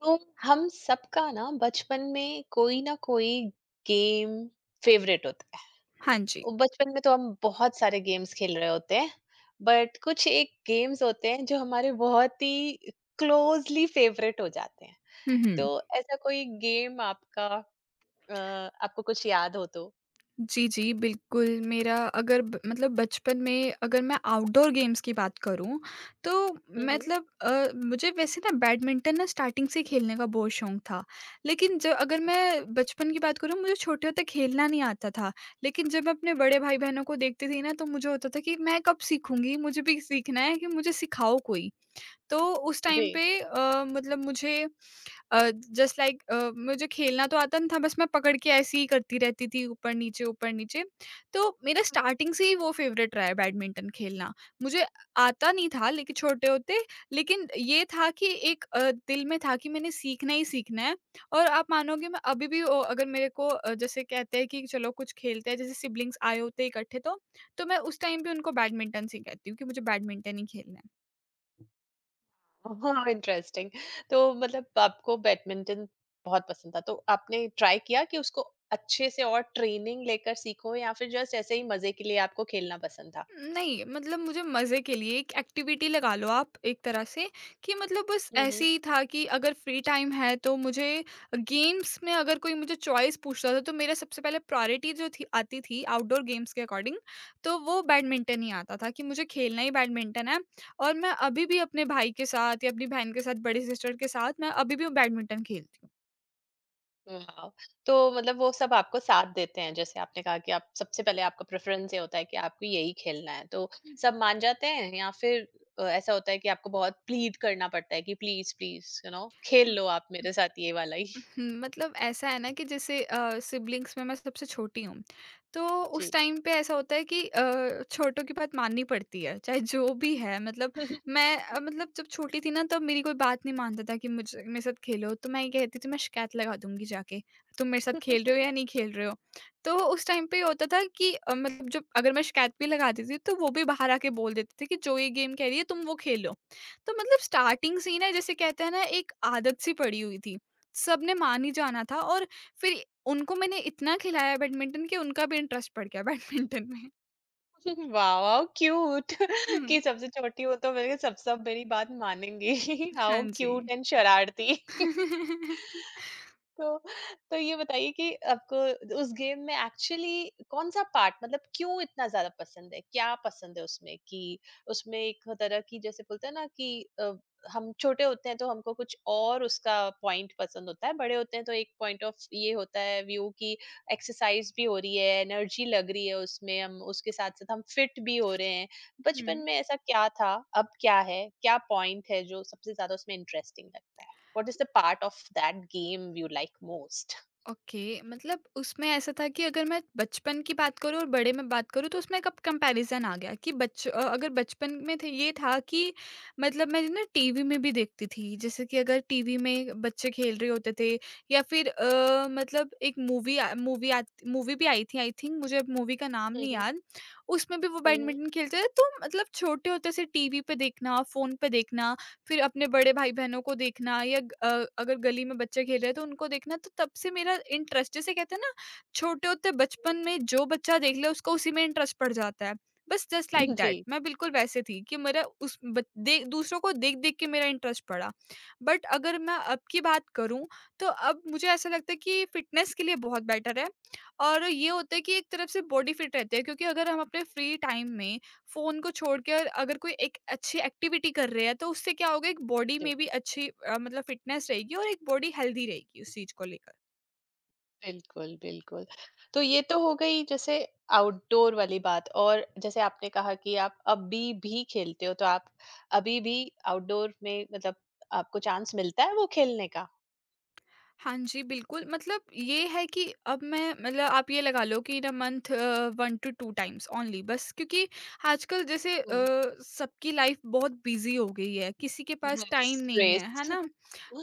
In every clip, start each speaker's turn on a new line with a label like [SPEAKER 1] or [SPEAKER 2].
[SPEAKER 1] तो हम सबका ना बचपन में कोई ना कोई गेम फेवरेट होता है।
[SPEAKER 2] हाँ जी।
[SPEAKER 1] वो बचपन में तो हम बहुत सारे गेम्स खेल रहे होते हैं, बट कुछ एक गेम्स होते हैं जो हमारे बहुत ही क्लोजली फेवरेट हो जाते हैं।
[SPEAKER 2] हुँ, हुँ।
[SPEAKER 1] तो ऐसा कोई गेम आपका आपको कुछ याद हो तो।
[SPEAKER 2] जी, जी, बिल्कुल मेरा अगर ब मतलब बचपन में अगर मैं आउटडोर गेम्स की बात करूँ, तो
[SPEAKER 1] हम्म।
[SPEAKER 2] मतलब मुझे वैसे ना बैडमिंटन ना स्टार्टिंग से खेलने का बहुत शौक था। लेकिन ज अगर मैं बचपन की बात करूँ, मुझे छोटे होते खेलना नहीं आता था। लेकिन जब मैं अपने बड़े भाई-बहनों को देखती थी ना, तो मुझे होता था कि मैं कब सीखूँगी? मुझे भी सीखना है कि मुझे सिखाओ कोई। तो उस
[SPEAKER 1] जी।
[SPEAKER 2] टाइम पे मतलब मुझे अ, जस्ट लाइक मुझे खेलना तो आता नहीं था, बस मैं पकड़ के ऐसे ही करती रहती थी ऊपर-नीचे, ऊपर-नीचे। तो मेरा स्टार्टिंग से ही वो फ़ेवरेट रहा है बैडमिंटन खेलना। मुझे आता नहीं था लेकिन छोटे होते, लेकिन ये था कि एक दिल में था कि मैंने सीखना ही सीखना है। और आप मानोगे मैं अभी भी ओ अगर मेरे को जैसे कहते हैं कि चलो कुछ खेलते हैं, जैसे सिबलिंग्स आए होते हैं इकट्ठे तो मैं उस टाइम भी उनको बैडमिंटन से ही कहती हूँ कि मुझे बैडमिंटन ही खेलना है।
[SPEAKER 1] ओह! इंटरेस्टिंग। तो मतलब आपको बैडमिंटन बहुत पसंद था, तो आपने ट्राई किया कि उसको अच्छे से और ट्रेनिंग लेकर सीखो या फिर जस्ट ऐसे ही मज़े के लिए आपको खेलना पसंद था?
[SPEAKER 2] नहीं, मतलब मुझे मज़े के लिए एक एक्टिविटी लगा लो आप एक तरह से कि मतलब बस
[SPEAKER 1] हुँ,
[SPEAKER 2] ऐसे
[SPEAKER 1] हुँ।
[SPEAKER 2] ही था कि अगर फ्री टाइम है तो मुझे गेम्स में अगर कोई मुझे चॉइस पूछता था, तो मेरा सबसे पहले प्रायोरिटी जो थी आती थी आउटडोर गेम्स के अकॉर्डिंग। तो वो बैडमिंटन ही आता था कि मुझे खेलना ही बैडमिंटन है। और मैं अभी भी अपने भाई के साथ या अपनी बहन के साथ, बड़ी सिस्टर के साथ मैं अभी भी बैडमिंटन खेलती
[SPEAKER 1] वाओ! तो मतलब वो सब आपको साथ देते हैं। जैसे आपने कहा कि आप सबसे पहले आपका प्रेफ़रेंस ये होता है कि आपको यही खेलना है, तो सब मान जाते हैं या फिर ऐसा होता है कि आपको बहुत प्लीड करना पड़ता है कि प्लीज़, प्लीज़, यू नो खेल
[SPEAKER 2] हूँ।
[SPEAKER 1] लो आप मेरे साथ ये वाला ही?
[SPEAKER 2] हुँ, मतलब ऐसा है ना कि जैसे सिब्लिंग्स में मैं सबसे छोटी हूँ, तो उस टाइम पे ऐसा होता है कि छोटों की बात माननी पड़ती है, चाहे जो भी है। मतलब
[SPEAKER 1] जी।
[SPEAKER 2] मैं मतलब जब छोटी थी ना, तब मेरी कोई बात नहीं मानता था कि मुझ मेरे साथ खेलो, तो मैं ये कहती थी मैं शिकायत लगा दूँगी जाके, तुम मेरे साथ खेल रहे हो या नहीं खेल रहे हो। तो उस टाइम पे ये होता था कि मतलब जब अगर मैं शिकायत भी लगाती थी, तो वो भी बाहर आके बोल देते थे कि जो ये गेम कह रही है तुम वो खेलो। तो मतलब स्टार्टिंग से ही ना जैसे कहते हैं ना एक आदत सी पड़ी हुई थी। सबने मान ही जाना था और फिर उनको मैंने इतना खिलाया बैडमिंटन कि उनका भी इंटरेस्ट पड़ गया बैडमिंटन में।
[SPEAKER 1] वाह, हाउ क्यूट
[SPEAKER 2] हुँ।
[SPEAKER 1] कि सबसे छोटी हो तो मेरे सब सब मेरी बात मानेंगी।
[SPEAKER 2] हाँ
[SPEAKER 1] हाउ
[SPEAKER 2] जी।
[SPEAKER 1] क्यूट एंड शरारती। तो तो ये बताइए कि आपको उस गेम में एक्चुअली कौन सा पार्ट, मतलब क्यों इतना ज्यादा पसंद है, क्या पसंद है उसमें कि उसमें एक तरह की, जैसे बोलते हैं ना कि अ, हम छोटे होते हैं तो हमको कुछ और उसका पॉइंट पसंद होता है, बड़े होते हैं तो एक पॉइंट ऑफ ये होता है व्यू की एक्सरसाइज भी हो रही है, एनर्जी लग रही है उसमें, हम उसके साथ साथ हम फिट भी हो रहे हैं। बचपन
[SPEAKER 2] हुँ।
[SPEAKER 1] में ऐसा क्या था, अब क्या है, क्या पॉइंट है जो सबसे ज्यादा उसमें इंटरेस्टिंग लगता है? What is the part of that game you like most?
[SPEAKER 2] Okay, मतलब उसमें ऐसा था कि अगर मैं बचपन की बात करूँ और बड़े में बात करूँ, तो उसमें एक अब कंपैरिजन आ गया कि अगर बचपन में थे ये था कि मतलब मैं ना टीवी में भी देखती थी, जैसे कि अगर टीवी में बच्चे खेल रहे होते थे या फिर मतलब एक मूवी मूवी मूवी भी आई थी। आई थिंक मुझे अब मूवी का नाम
[SPEAKER 1] हुँ,
[SPEAKER 2] नहीं
[SPEAKER 1] हुँ,
[SPEAKER 2] याद। उसमें भी वो
[SPEAKER 1] हुँ।
[SPEAKER 2] बैडमिंटन खेलते थे, तो मतलब छोटे होते से टीवी पे देखना, फोन पे देखना, फिर अपने बड़े भाई-बहनों को देखना या अगर गली में बच्चे खेल रहे हैं तो उनको देखना, तो तब से मेरा इंटरेस्ट जैसे कहते हैं ना, छोटे होते बचपन में जो बच्चा देख ले उसको उसी में इंटरेस्ट पड़ जाता है। बस जस्ट लाइक
[SPEAKER 1] जी।
[SPEAKER 2] दैट मैं बिल्कुल वैसे थी कि मेरा उस बच दे दूसरों को देख-देख के मेरा इंटरेस्ट पड़ा। बट अगर मैं अब की बात करूँ, तो अब मुझे ऐसा लगता है कि फ़िटनेस के लिए बहुत बेटर है। और ये होता है कि एक तरफ से बॉडी फिट रहती है क्योंकि अगर हम अपने फ्री टाइम में फ़ोन को छोड़कर अगर कोई एक अच्छी एक्टिविटी कर रहे हैं, तो उससे क्या होगा, एक बॉडी
[SPEAKER 1] जी।
[SPEAKER 2] में भी अच्छी मतलब फिटनेस रहेगी और एक बॉडी हेल्दी रहेगी उस चीज़ को लेकर।
[SPEAKER 1] बिल्कुल, बिल्कुल। तो ये तो हो गई जैसे आउटडोर वाली बात। और जैसे आपने कहा कि आप अभी भी खेलते हो, तो आप अभी भी आउटडोर में मतलब आपको चांस मिलता है वो खेलने का?
[SPEAKER 2] हाँ जी, बिल्कुल। मतलब ये है कि अब मैं मतलब आप ये लगा लो कि in a month 1 to 2 times only, बस क्योंकि आजकल जैसे
[SPEAKER 1] हुँ।
[SPEAKER 2] सबकी लाइफ बहुत बिज़ी हो गई है, किसी के पास
[SPEAKER 1] रेस।
[SPEAKER 2] टाइम नहीं है,
[SPEAKER 1] रेस।
[SPEAKER 2] है ना?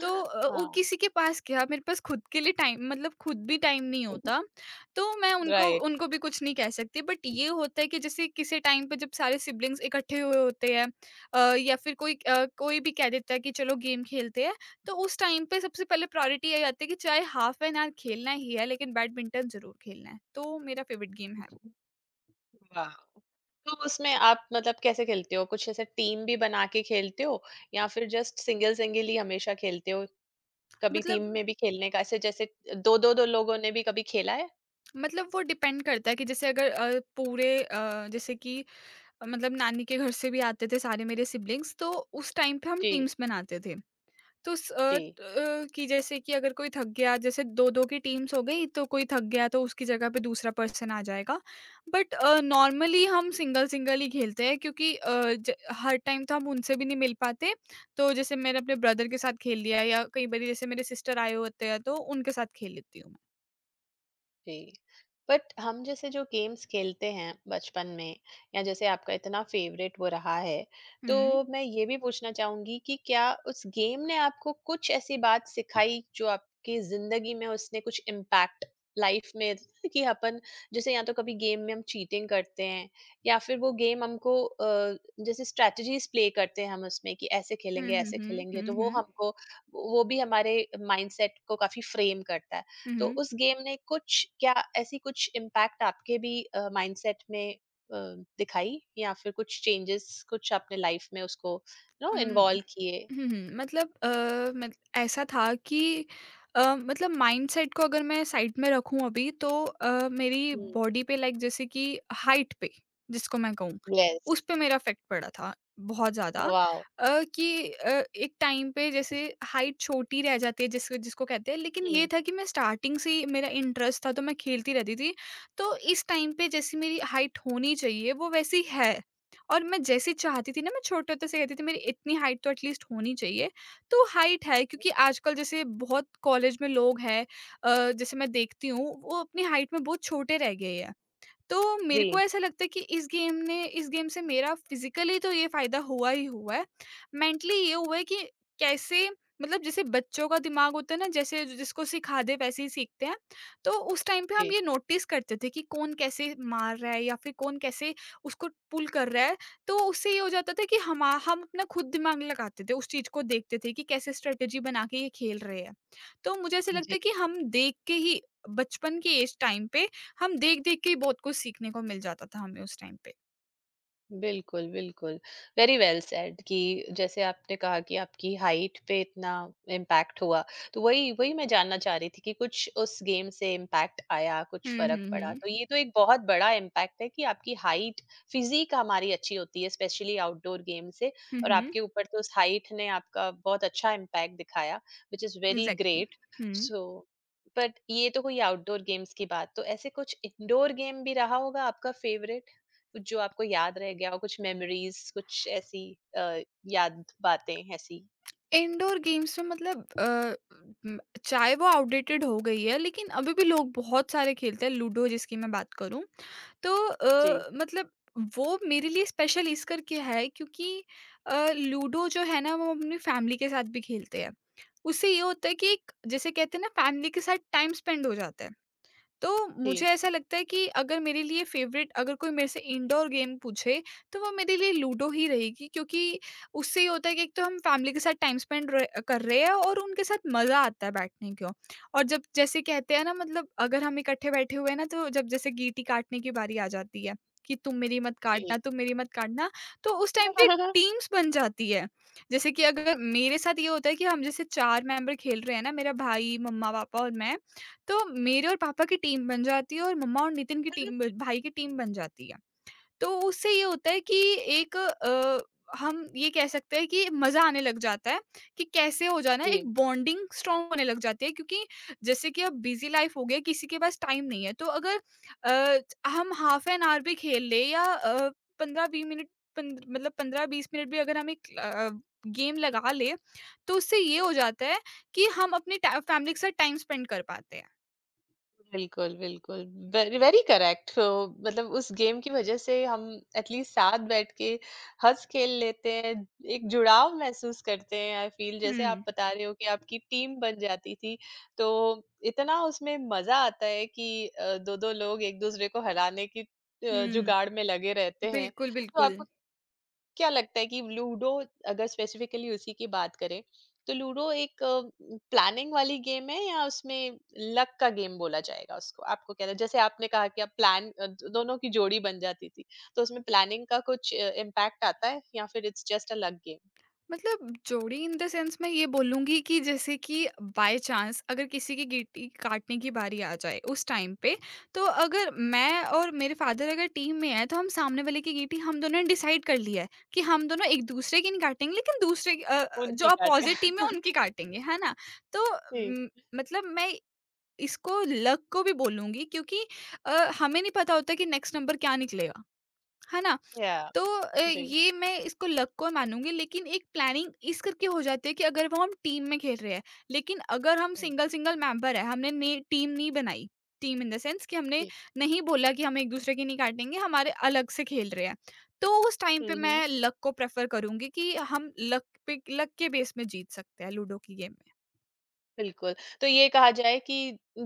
[SPEAKER 2] तो वो
[SPEAKER 1] हाँ।
[SPEAKER 2] किसी के पास क्या मेरे पास खुद के लिए टाइम मतलब खुद भी टाइम नहीं होता, तो मैं उनको
[SPEAKER 1] राइट।
[SPEAKER 2] उनको भी कुछ नहीं कह सकती। बट ये होता है कि जैसे किसी टाइम पे जब सारे सिबलिंग्स इकट्ठे हुए होते हैं, या फिर कोई भी कह देता है कि चलो गेम खेलते हैं, तो उस टाइम पे सबसे पहले प्रायोरिटी यही आती है कि चाहे हाफ एन आवर खेलना ही है लेकिन बैडमिंटन ज़रूर खेलना है। तो मेरा फेवरेट गेम है वो।
[SPEAKER 1] वाह! तो उसमें आप मतलब कैसे खेलते हो? कुछ ऐसे टीम भी बना के खेलते हो या फिर जस्ट सिंगल-सिंगल ही हमेशा खेलते हो? कभी टीम
[SPEAKER 2] मतलब
[SPEAKER 1] में भी खेलने का ऐसे जैसे 2-2 दो दो लोगों ने भी कभी खेला है?
[SPEAKER 2] मतलब वो डिपेंड करता है कि जैसे अगर पूरे जैसे कि मतलब नानी के घर से भी आते थे सारे मेरे सिब्लिंग्स, तो उस टाइम पे हम
[SPEAKER 1] जी।
[SPEAKER 2] टीम्स बनाते थे। तो स अ,
[SPEAKER 1] जी।
[SPEAKER 2] ट अ, कि जैसे कि अगर कोई थक गया, जैसे 2-2 की टीम्स हो गई, तो कोई थक गया तो उसकी जगह पे दूसरा पर्सन आ जाएगा। बट नॉर्मली हम सिंगल-सिंगल ही खेलते हैं क्योंकि अ, ज हर टाइम तो हम उनसे भी नहीं मिल पाते। तो जैसे मैंने अपने ब्रदर के साथ खेल लिया या कई बारी जैसे मेरे सिस्टर आए होते हैं तो उनके साथ खेल लेती हूँ मैं।
[SPEAKER 1] जी। बट हम जैसे जो गेम्स खेलते हैं बचपन में या जैसे आपका इतना फेवरेट वो रहा है, तो
[SPEAKER 2] हुँ।
[SPEAKER 1] मैं ये भी पूछना चाहूंगी कि क्या उस गेम ने आपको कुछ ऐसी बात सिखाई जो आपकी जिंदगी में उसने कुछ इम्पैक्ट लाइफ में कि अपन, जैसे या तो कभी गेम में हम चीटिंग करते हैं या फिर वो गेम हमको जैसे स्ट्रेटजीज प्ले करते हैं हम उसमें कि ऐसे
[SPEAKER 2] हुँ,
[SPEAKER 1] खेलेंगे
[SPEAKER 2] हुँ,
[SPEAKER 1] ऐसे
[SPEAKER 2] हुँ।
[SPEAKER 1] खेलेंगे,
[SPEAKER 2] हुँ,
[SPEAKER 1] तो वो
[SPEAKER 2] हुँ।
[SPEAKER 1] हमको वो भी हमारे माइंडसेट को काफी फ्रेम करता है।
[SPEAKER 2] हुँ,
[SPEAKER 1] तो
[SPEAKER 2] हुँ।
[SPEAKER 1] उस गेम ने कुछ क्या ऐसी कुछ इम्पैक्ट आपके भी माइंडसेट में अ, दिखाई या फिर कुछ चेंजेस कुछ आपने लाइफ में उसको नो
[SPEAKER 2] उम
[SPEAKER 1] इन्वॉल्व किए?
[SPEAKER 2] हुँ, हुँ। मतलब मत ऐसा था कि मतलब माइंडसेट को अगर मैं साइड में रखूँ अभी, तो मेरी
[SPEAKER 1] हुँ।
[SPEAKER 2] बॉडी पे लाइक जैसे कि हाइट पे जिसको मैं कहूँ, उस
[SPEAKER 1] यस।
[SPEAKER 2] पे मेरा इफ़ेक्ट पड़ा था बहुत ज़्यादा।
[SPEAKER 1] वाओ!
[SPEAKER 2] कि एक टाइम पे जैसे हाइट छोटी रह जाती है जिसको कहते हैं, लेकिन ये
[SPEAKER 1] हुँ।
[SPEAKER 2] था कि मैं स्टार्टिंग से ही मेरा इंटरेस्ट था तो मैं खेलती रहती थी। तो इस टाइम पे जैसी मेरी हाइट होनी चाहिए वो वैसी है। और मैं जैसे चाहती थी ना, मैं छोटे होते से कहती थी मेरी इतनी हाइट तो एटलीस्ट होनी चाहिए, तो हाइट है क्योंकि आजकल जैसे बहुत कॉलेज में लोग हैं जैसे मैं देखती हूँ वो अपनी हाइट में बहुत छोटे रह गए हैं। तो मेरे को
[SPEAKER 1] जी।
[SPEAKER 2] ऐसा लगता है कि इस गेम ने इस गेम से मेरा फिज़िकली तो ये फ़ायदा हुआ ही हुआ है। मेंटली ये हुआ है कि कैसे मतलब जैसे बच्चों का दिमाग होता है ना, जैसे जिसको सिखा दें वैसे ही सीखते हैं। तो उस टाइम पे हम
[SPEAKER 1] जी।
[SPEAKER 2] ये नोटिस करते थे कि कौन कैसे मार रहा है या फिर कौन कैसे उसको पुल कर रहा है। तो उससे ये हो जाता था कि हमा हम अपना खुद दिमाग लगाते थे, उस चीज़ को देखते थे कि कैसे स्ट्रैटेजी बना के ये खेल रहे हैं। तो मुझे ऐसा लगता
[SPEAKER 1] जी।
[SPEAKER 2] है कि हम देख के ही बचपन के इस टाइम पे, हम देख-देख के ही बहुत कुछ सीखने को मिल जाता था हमें उस टाइम पे।
[SPEAKER 1] बिल्कुल, बिल्कुल। वेरी वेल सेड कि जैसे आपने कहा कि आपकी हाइट पे इतना इम्पैक्ट हुआ, तो वही वही मैं जानना चाह रही थी कि कुछ उस गेम से इम्पैक्ट आया,
[SPEAKER 2] हुँ,
[SPEAKER 1] कुछ फ़र्क
[SPEAKER 2] हुँ,
[SPEAKER 1] पड़ा। तो
[SPEAKER 2] हुँ।
[SPEAKER 1] ये तो एक बहुत बड़ा इम्पैक्ट है कि आपकी हाइट फ़िज़िक हमारी अच्छी होती है, स्पेशली आउटडोर गेम से।
[SPEAKER 2] हुँ,
[SPEAKER 1] और
[SPEAKER 2] हुँ।
[SPEAKER 1] आपके ऊपर तो उस हाइट ने आपका बहुत अच्छा इम्पैक्ट दिखाया, which is very
[SPEAKER 2] exactly.
[SPEAKER 1] Great.
[SPEAKER 2] Hmm.
[SPEAKER 1] So but ये तो हुई आउटडोर गेम्स की बात। तो ऐसे कुछ इंडोर गेम भी रहा होगा आपका फ़ेवरेट? कुछ जो आपको याद रह गया हो, कुछ मेमोरीज़, कुछ ऐसी अ, याद बातें ऐसी?
[SPEAKER 2] इंडोर गेम्स में मतलब उम, चाहे वो आउटडेटेड हो गई है लेकिन अभी भी लोग बहुत सारे खेलते हैं, लूडो जिसकी मैं बात करूँ। तो
[SPEAKER 1] जी।
[SPEAKER 2] मतलब वो मेरे लिए स्पेशल इस करके है क्योंकि लूडो जो है ना वो हम अपनी फैमिली के साथ भी खेलते हैं। उससे ये होता है कि एक जिसे कहते हैं ना फैमिली के साथ टाइम स्पेंड हो जाता है। तो मुझे
[SPEAKER 1] जी।
[SPEAKER 2] ऐसा लगता है कि अगर मेरे लिए फेवरेट अगर कोई मेरे से इंडोर गेम पूछे, तो वो मेरे लिए लूडो ही रहेगी क्योंकि उससे ये होता है कि एक तो हम फैमिली के साथ टाइम स्पेंड कर रहे हैं और उनके साथ मज़ा आता है बैठने को। और जब जैसे कहते हैं ना मतलब अगर हम इकट्ठे बैठे हुए हैं ना, तो जब जैसे गीटी काटने की बारी आ जाती है कि तुम मेरी मत
[SPEAKER 1] जी।
[SPEAKER 2] काटना तुम मेरी मत काटना, तो उस टाइम पे टीम्स बन जाती है। जैसे कि अगर मेरे साथ ये होता है कि हम जैसे चार मेंबर खेल रहे हैं ना, मेरा भाई, मम्मा, पापा और मैं, तो मेरे और पापा की टीम बन जाती है और मम्मा और नितिन की टीम ब भाई की टीम बन जाती है। तो उससे ये होता है कि एक हम ये कह सकते हैं कि मज़ा आने लग जाता है कि कैसे हो जाना है, एक
[SPEAKER 1] जी।
[SPEAKER 2] बॉन्डिंग स्ट्रॉन्ग होने लग जाती है क्योंकि जैसे कि अब बिज़ी लाइफ़ हो गया, किसी के पास टाइम नहीं है। तो अगर अ, हम हाफ एन आवर भी खेल लें या 15-20 मिनट पंद मतलब 15-20 मिनट भी अगर हम एक गेम लगा लें, तो उससे ये हो जाता है कि हम अपनी टा फैमिली के साथ टाइम स्पेंड कर पाते हैं।
[SPEAKER 1] बिल्कुल, बिल्कुल। Very very correct. तो मतलब उस गेम की वज़ह से हम एटलीस्ट साथ बैठ के हँस खेल लेते हैं, एक जुड़ाव महसूस करते हैं। आई फ़ील जैसे
[SPEAKER 2] हुँ,
[SPEAKER 1] आप बता रहे हो कि आपकी टीम बन जाती थी, तो इतना उसमें मज़ा आता है कि 2-2 लोग एक-दूसरे को हराने की
[SPEAKER 2] हुँ।
[SPEAKER 1] जुगाड़ में लगे रहते हैं।
[SPEAKER 2] बिल्कुल,
[SPEAKER 1] तो
[SPEAKER 2] बिल्कुल।
[SPEAKER 1] आपको क्या लगता है कि लूडो, अगर स्पेसिफिकली उसी की बात करें, तो लूडो एक प्लानिंग वाली गेम है या उसमें लक का गेम बोला जाएगा उसको, आपको क्या लगता है? जैसे आपने कहा कि आप प्लान दोनों की जोड़ी बन जाती थी, तो उसमें प्लानिंग का कुछ इम्पैक्ट आता है या फिर it's just a luck game?
[SPEAKER 2] मतलब जोड़ी इन द सेंस मैं ये बोलूँगी कि जैसे कि बाय चांस अगर किसी की गिट्टी काटने की बारी आ जाए उस टाइम पे, तो अगर मैं और मेरे फ़ादर अगर टीम में हैं, तो हम सामने वाले की गिट्टी हम दोनों ने डिसाइड कर लिया है कि हम दोनों एक-दूसरे की नहीं काटेंगे लेकिन दूसरे की जो
[SPEAKER 1] उनकी काटे।
[SPEAKER 2] अपोज़िट टीम है उनकी काटेंगे, है ना? तो
[SPEAKER 1] जी।
[SPEAKER 2] मतलब मैं इसको लक को भी बोलूँगी क्योंकि अ, हमें नहीं पता होता कि नेक्स्ट नंबर क्या निकलेगा, है ना?
[SPEAKER 1] या।
[SPEAKER 2] तो
[SPEAKER 1] जी।
[SPEAKER 2] ये मैं इसको लक को मानूँगी लेकिन एक प्लानिंग इस करके हो जाती है कि अगर वो हम टीम में खेल रहे हैं, लेकिन अगर हम
[SPEAKER 1] हम्म।
[SPEAKER 2] सिंगल-सिंगल मेंबर है, हमने ने टीम नहीं बनाई, टीम इन द सेंस कि हमने
[SPEAKER 1] जी।
[SPEAKER 2] नहीं बोला कि हम एक-दूसरे की नहीं काटेंगे, हमारे अलग से खेल रहे हैं। तो उस टाइम पे
[SPEAKER 1] हम्म।
[SPEAKER 2] मैं लक को प्रेफ़र करूँगी कि हम लक पे लक के बेस में जीत सकते हैं लूडो की गेम में।
[SPEAKER 1] बिल्कुल। तो ये कहा जाए कि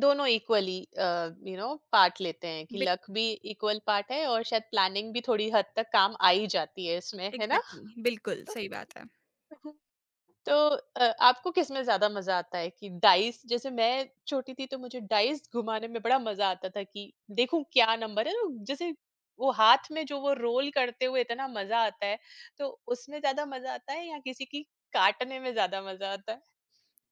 [SPEAKER 1] दोनों इक्वली यू नो पार्ट लेते हैं कि
[SPEAKER 2] बि
[SPEAKER 1] लक भी इक्वल पार्ट है और शायद प्लानिंग भी थोड़ी हद तक काम आ ही जाती है इसमें, है ना?
[SPEAKER 2] एग्ज़ैक्टली बिल्कुल, सही बात है।
[SPEAKER 1] तो आपको किसमें ज़्यादा मज़ा आता है कि डाइस, जैसे मैं छोटी थी तो मुझे डाइस घुमाने में बड़ा मज़ा आता था कि देखूँ क्या नंबर है, तो जैसे वो हाथ में जो वो रोल करते हुए इतना मज़ा आता है, तो उसमें ज़्यादा मज़ा आता है या किसी की काटने में ज़्यादा मज़ा आता है?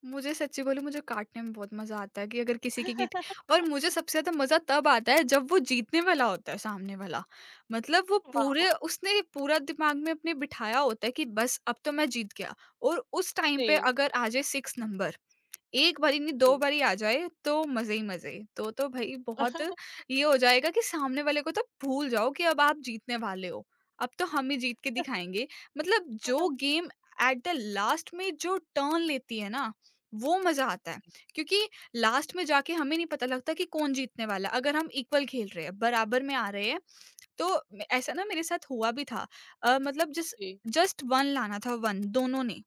[SPEAKER 2] मुझे सच्ची बोलूँ, मुझे काटने में बहुत मज़ा आता है कि अगर किसी की गिट और मुझे सबसे ज़्यादा मज़ा तब आता है जब वो जीतने वाला होता है सामने वाला। मतलब वो पूरे
[SPEAKER 1] वाओ!
[SPEAKER 2] उसने पूरा दिमाग में अपने बिठाया होता है कि बस अब तो मैं जीत गया, और उस टाइम पे
[SPEAKER 1] जी।
[SPEAKER 2] अगर आ जाए 6 नंबर, 1 बारी नहीं 2
[SPEAKER 1] जी।
[SPEAKER 2] बारी आ जाए, तो मज़े ही मज़े। तो भई बहुत ये हो जाएगा कि सामने वाले को तो भूल जाओ कि अब आप जीतने वाले हो। अब तो हम ही जीत के दिखाएँगे। मतलब जो गेम एट द लास्ट में जो टर्न लेती है ना, वो मज़ा आता है। क्योंकि लास्ट में जाके हमें नहीं पता लगता कि कौन जीतने वाला है। अगर हम इक्वल खेल रहे हैं, बराबर में आ रहे हैं, तो ऐसा ना मेरे साथ हुआ भी था। मतलब जिस
[SPEAKER 1] जी।
[SPEAKER 2] जस्ट 1 लाना था, 1 दोनों ने।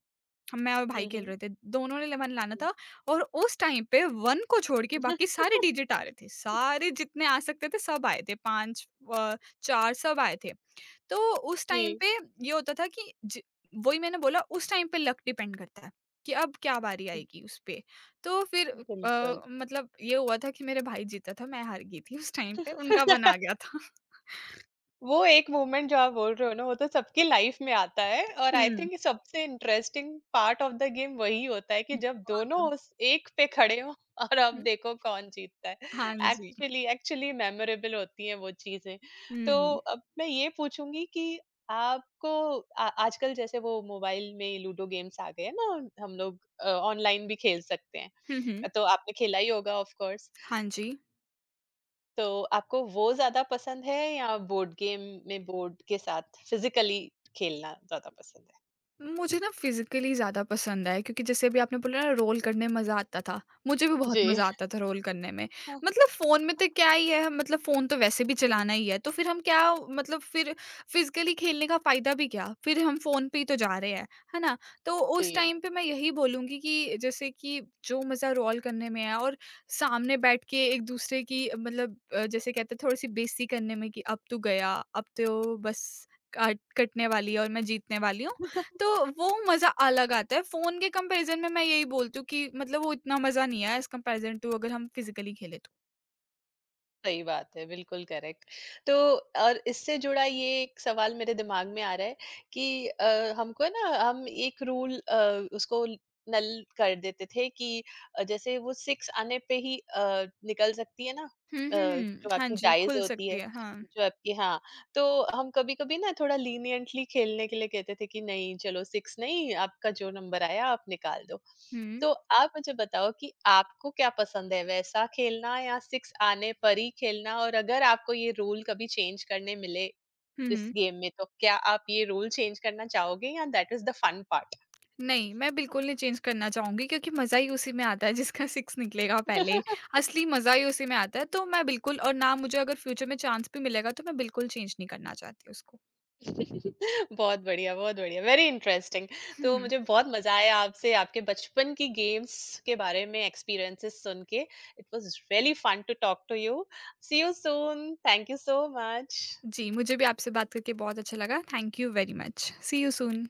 [SPEAKER 2] हम मैं और भाई
[SPEAKER 1] हुँ,
[SPEAKER 2] खेल
[SPEAKER 1] हुँ।
[SPEAKER 2] रहे थे। दोनों ने 11 लाना
[SPEAKER 1] हुँ।
[SPEAKER 2] था और उस टाइम पे 1 को छोड़ के बाकी सारे डिजिट आ रहे थे। सारे जितने आ सकते थे सब आए थे, 5, अ, 4, सब आए थे। तो उस टाइम
[SPEAKER 1] जी।
[SPEAKER 2] पे ये होता था कि ज वही मैंने बोला, उस टाइम पे लक डिपेंड करता है कि अब क्या बारी आएगी उस पे। तो फिर
[SPEAKER 1] हुँ, बिल्कुल।
[SPEAKER 2] मतलब ये हुआ था कि मेरे भाई जीता था, मैं हार गई थी उस टाइम पे, उनका 1 आ गया था।
[SPEAKER 1] वो एक मोमेंट जो आप बोल रहे हो ना, वो तो सबकी लाइफ में आता है और आई
[SPEAKER 2] हुँ,
[SPEAKER 1] थिंक सबसे interesting part of the game वही होता है कि जब दोनों
[SPEAKER 2] बहुत
[SPEAKER 1] उस एक पे खड़े हो और अब
[SPEAKER 2] हुँ,
[SPEAKER 1] देखो कौन जीतता है।
[SPEAKER 2] हाँ जी।
[SPEAKER 1] एक्चुअली एक्चुअली मेमोरेबल होती हैं वो चीजें।
[SPEAKER 2] हुँ,
[SPEAKER 1] तो
[SPEAKER 2] हुँ,
[SPEAKER 1] अब मैं ये पूछूंगी कि आपको आ, आजकल जैसे वो मोबाइल में लूडो गेम्स आ गए हैं ना, हम लोग ऑनलाइन भी खेल सकते हैं,
[SPEAKER 2] हुँ, हुँ।
[SPEAKER 1] तो आपने खेला ही होगा ऑफ कोर्स।
[SPEAKER 2] हाँ जी।
[SPEAKER 1] तो आपको वो ज़्यादा पसंद है या बोर्ड गेम में बोर्ड के साथ फिज़िकली खेलना ज़्यादा पसंद है?
[SPEAKER 2] मुझे ना फिज़िकली ज़्यादा पसंद आया क्योंकि जैसे अभी आपने बोला ना रोल करने में मज़ा आता था, मुझे भी बहुत
[SPEAKER 1] जी।
[SPEAKER 2] मज़ा आता था रोल करने में।
[SPEAKER 1] हुँ, हुँ,
[SPEAKER 2] मतलब फ़ोन में तो क्या ही है, मतलब फ़ोन तो वैसे भी
[SPEAKER 1] हुँ।
[SPEAKER 2] चलाना ही है, तो फिर हम क्या मतलब फिर फिज़िकली खेलने का फ़ायदा भी क्या? फिर हम फ़ोन पे ही तो जा रहे हैं, है ना? तो उस
[SPEAKER 1] जी।
[SPEAKER 2] टाइम पे मैं यही बोलूँगी कि जैसे कि जो मज़ा रोल करने में है और सामने बैठ के एक-दूसरे की मतलब जैसे कहते हैं थोड़ी-सी बेइज़्ज़ती करने में कि अब तू गया, अब तो बस काट कटने वाली है और मैं जीतने वाली हूँ। तो वो मज़ा अलग आता है। फ़ोन के कंपैरिज़न में मैं यही बोलती हूँ कि मतलब वो इतना मज़ा नहीं आया एज़ कंपैरिज़न टू, अगर हम फिज़िकली खेलें तो।
[SPEAKER 1] सही बात है, बिल्कुल करेक्ट। तो और इससे जुड़ा ये एक सवाल मेरे दिमाग में आ रहा है कि हमको ना हम एक रूल अ, उसको ल- नल कर देते थे कि जैसे वो 6 आने पे ही निकल सकती है ना,
[SPEAKER 2] हुँ,
[SPEAKER 1] अ,
[SPEAKER 2] हुँ, हुँ।
[SPEAKER 1] जो
[SPEAKER 2] हाँ
[SPEAKER 1] आपकी
[SPEAKER 2] जी,
[SPEAKER 1] डाइज़
[SPEAKER 2] खुल
[SPEAKER 1] होती
[SPEAKER 2] सकती
[SPEAKER 1] है,
[SPEAKER 2] है। हाँ।
[SPEAKER 1] जो आपकी, हाँ, तो हम कभी-कभी ना थोड़ा लीनिएंटली खेलने के लिए कहते थे कि नहीं, चलो 6 नहीं, आपका जो नंबर आया आप निकाल दो।
[SPEAKER 2] हुँ।
[SPEAKER 1] तो आप मुझे बताओ कि आपको क्या पसंद है, वैसा खेलना या सिक्स आने पर ही खेलना? और अगर आपको ये रूल कभी चेंज करने मिले
[SPEAKER 2] हुँ,
[SPEAKER 1] इस
[SPEAKER 2] हुँ।
[SPEAKER 1] गेम में, तो क्या आप ये रूल चेंज करना चाहोगे या that is the fun part?
[SPEAKER 2] नहीं, मैं बिल्कुल नहीं चेंज करना चाहूँगी क्योंकि मज़ा ही उसी में आता है जिसका 6 निकलेगा पहले। असली मज़ा ही उसी में आता है, तो मैं बिल्कुल, और ना मुझे अगर फ्यूचर में चांस भी मिलेगा तो मैं बिल्कुल चेंज नहीं करना चाहती उसको।
[SPEAKER 1] बहुत बढ़िया, बहुत बढ़िया। Very interesting.
[SPEAKER 2] हुँ,
[SPEAKER 1] तो
[SPEAKER 2] हुँ।
[SPEAKER 1] मुझे बहुत मजा आया आपसे आपके बचपन की गेम्स के बारे में एक्सपीरियंसेस सुन के। It was really fun to talk to you. See you soon. Thank you so much.
[SPEAKER 2] जी, मुझे भी आपसे बात करके बहुत अच्छा लगा। Thank you very much. See you soon.